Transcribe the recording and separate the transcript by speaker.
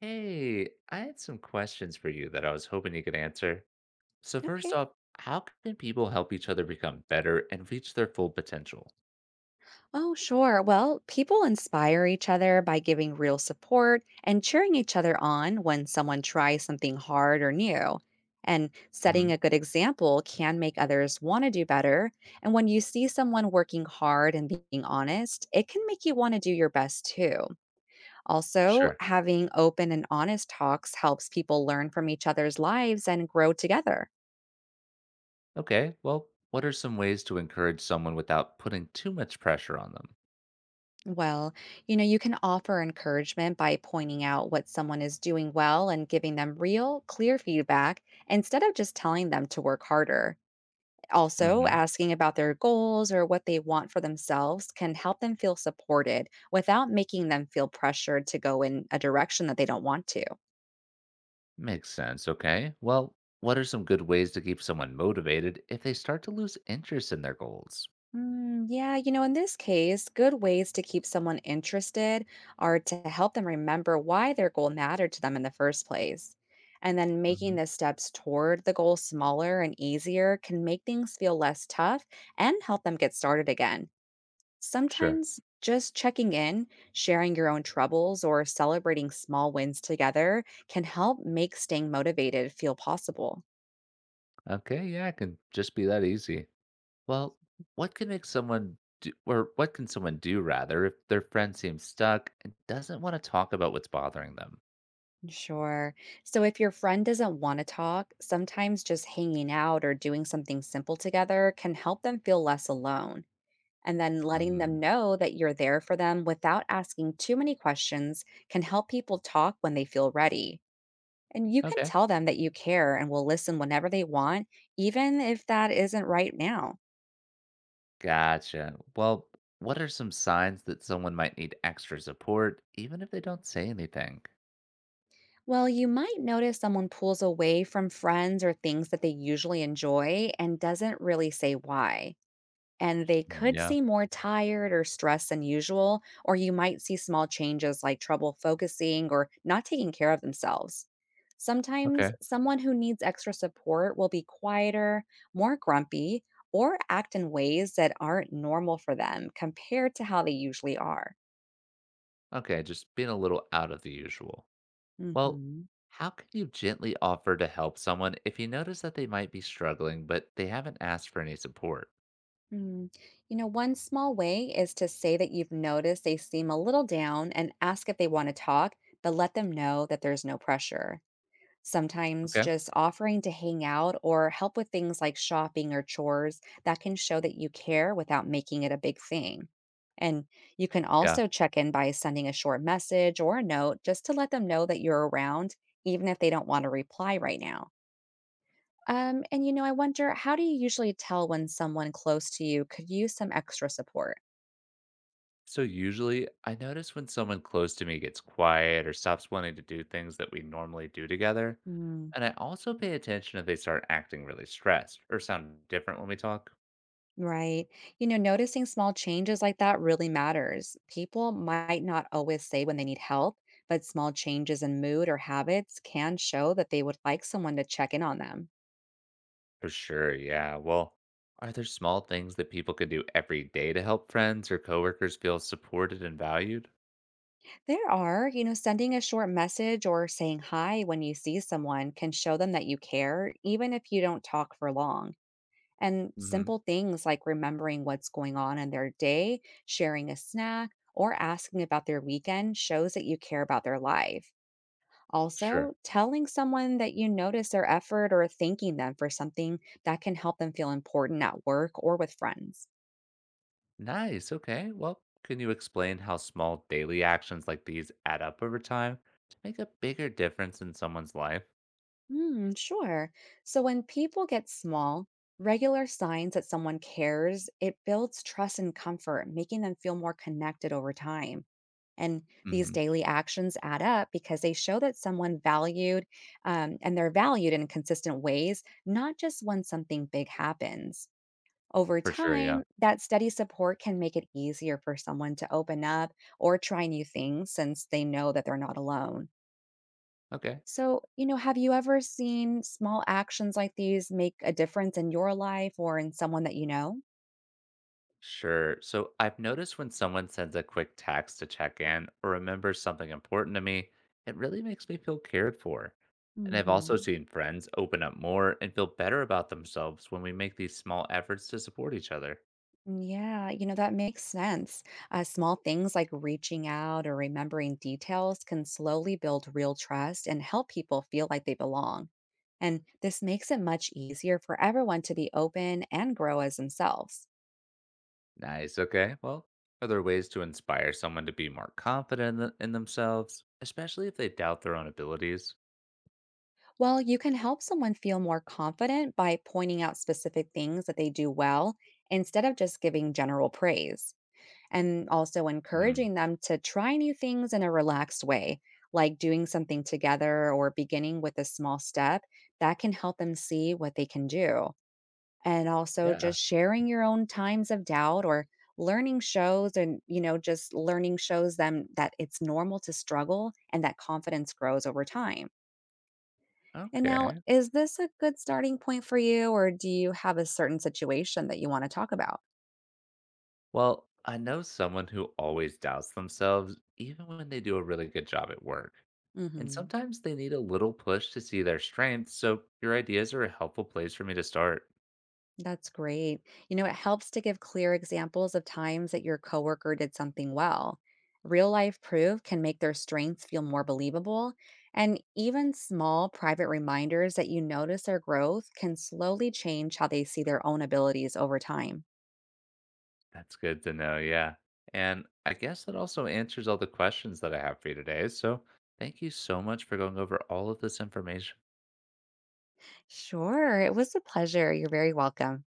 Speaker 1: Hey, I had some questions for you that I was hoping you could answer. So first
Speaker 2: Okay.
Speaker 1: off, how can people help each other become better and reach their full potential?
Speaker 2: Oh, sure. Well, people inspire each other by giving real support and cheering each other on when someone tries something hard or new. And setting
Speaker 1: Hmm.
Speaker 2: a good example can make others want to do better. And when you see someone working hard and being honest, it can make you want to do your best too. Also,
Speaker 1: Sure.
Speaker 2: having open and honest talks helps people learn from each other's lives and grow together.
Speaker 1: Okay. Well, what are some ways to encourage someone without putting too much pressure on them?
Speaker 2: Well, you can offer encouragement by pointing out what someone is doing well and giving them real, clear feedback instead of just telling them to work harder. Also,
Speaker 1: Hmm.
Speaker 2: asking about their goals or what they want for themselves can help them feel supported without making them feel pressured to go in a direction that they don't want to.
Speaker 1: Makes sense. Okay. Well, what are some good ways to keep someone motivated if they start to lose interest in their goals?
Speaker 2: Mm, yeah, in this case, good ways to keep someone interested are to help them remember why their goal mattered to them in the first place. And then making
Speaker 1: Hmm.
Speaker 2: the steps toward the goal smaller and easier can make things feel less tough and help them get started again.
Speaker 1: Sure.
Speaker 2: Sometimes just checking in, sharing your own troubles, or celebrating small wins together can help make staying motivated feel possible.
Speaker 1: Okay. Yeah, it can just be that easy. Well, what can make someone do, or what can someone do rather, if their friend seems stuck and doesn't want to talk about what's bothering them?
Speaker 2: Sure. So if your friend doesn't want to talk, sometimes just hanging out or doing something simple together can help them feel less alone. And then letting them
Speaker 1: Mm,
Speaker 2: know that you're there for them without asking too many questions can help people talk when they feel ready. And you can
Speaker 1: okay.
Speaker 2: tell them that you care and will listen whenever they want, even if that isn't right now.
Speaker 1: Gotcha. Well, what are some signs that someone might need extra support, even if they don't say anything?
Speaker 2: Well, you might notice someone pulls away from friends or things that they usually enjoy and doesn't really say why. And they
Speaker 1: Mm,
Speaker 2: could
Speaker 1: yeah.
Speaker 2: seem more tired or stressed than usual, or you might see small changes like trouble focusing or not taking care of themselves. Sometimes
Speaker 1: Okay.
Speaker 2: someone who needs extra support will be quieter, more grumpy, or act in ways that aren't normal for them compared to how they usually are.
Speaker 1: Okay, just being a little out of the usual. Well,
Speaker 2: Hmm.
Speaker 1: how can you gently offer to help someone if you notice that they might be struggling, but they haven't asked for any support?
Speaker 2: Mm. You know, one small way is to say that you've noticed they seem a little down and ask if they want to talk, but let them know that there's no pressure. Sometimes
Speaker 1: Okay,
Speaker 2: just offering to hang out or help with things like shopping or chores that can show that you care without making it a big thing. And you can
Speaker 1: yeah.
Speaker 2: also check in by sending a short message or a note just to let them know that you're around, even if they don't want to reply right now. I wonder, how do you usually tell when someone close to you could use some extra support?
Speaker 1: So usually I notice when someone close to me gets quiet or stops wanting to do things that we normally do together, and I also pay attention if they start acting really stressed or sound different when we talk.
Speaker 2: Right. You know, noticing small changes like that really matters. People might not always say when they need help, but small changes in mood or habits can show that they would like someone to check in on them.
Speaker 1: For sure, yeah. Well, are there small things that people can do every day to help friends or coworkers feel supported and valued?
Speaker 2: There are, sending a short message or saying hi when you see someone can show them that you care, even if you don't talk for long. And
Speaker 1: Mhm.
Speaker 2: simple things like remembering what's going on in their day, sharing a snack, or asking about their weekend shows that you care about their life. Also,
Speaker 1: Sure.
Speaker 2: telling someone that you notice their effort or thanking them for something, that can help them feel important at work or with friends.
Speaker 1: Nice. Okay. Well, can you explain how small daily actions like these add up over time to make a bigger difference in someone's life?
Speaker 2: Hmm, sure. So when people get small, regular signs that someone cares, it builds trust and comfort, making them feel more connected over time. And these
Speaker 1: Mhm.
Speaker 2: daily actions add up because they show that someone valued and they're valued in consistent ways, not just when something big happens. Over
Speaker 1: For sure, yeah.
Speaker 2: time, that steady support can make it easier for someone to open up or try new things since they know that they're not alone.
Speaker 1: Okay.
Speaker 2: So, have you ever seen small actions like these make a difference in your life or in someone that you know?
Speaker 1: Sure. So I've noticed when someone sends a quick text to check in or remembers something important to me, it really makes me feel cared for. And I've also
Speaker 2: Hmm.
Speaker 1: seen friends open up more and feel better about themselves when we make these small efforts to support each other.
Speaker 2: Yeah, that makes sense. Small things like reaching out or remembering details can slowly build real trust and help people feel like they belong. And this makes it much easier for everyone to be open and grow as themselves.
Speaker 1: Nice. Okay. Well, are there ways to inspire someone to be more confident in themselves, especially if they doubt their own abilities?
Speaker 2: Well, you can help someone feel more confident by pointing out specific things that they do well instead of just giving general praise, and also
Speaker 1: Hmm.
Speaker 2: encouraging them to try new things in a relaxed way, like doing something together or beginning with a small step that can help them see what they can do. And also
Speaker 1: Yeah.
Speaker 2: just sharing your own times of doubt or learning shows, and just learning shows them that it's normal to struggle and that confidence grows over time. And now,
Speaker 1: Okay.
Speaker 2: is this a good starting point for you, or do you have a certain situation that you want to talk about?
Speaker 1: Well, I know someone who always doubts themselves, even when they do a really good job at work. And
Speaker 2: Hmm.
Speaker 1: sometimes they need a little push to see their strengths, so your ideas are a helpful place for me to start.
Speaker 2: That's great. You know, it helps to give clear examples of times that your coworker did something well. Real life proof can make their strengths feel more believable, and even small private reminders that you notice their growth can slowly change how they see their own abilities over time.
Speaker 1: That's good to know, yeah. And I guess that also answers all the questions that I have for you today. So thank you so much for going over all of this information.
Speaker 2: Sure, it was a pleasure. You're very welcome.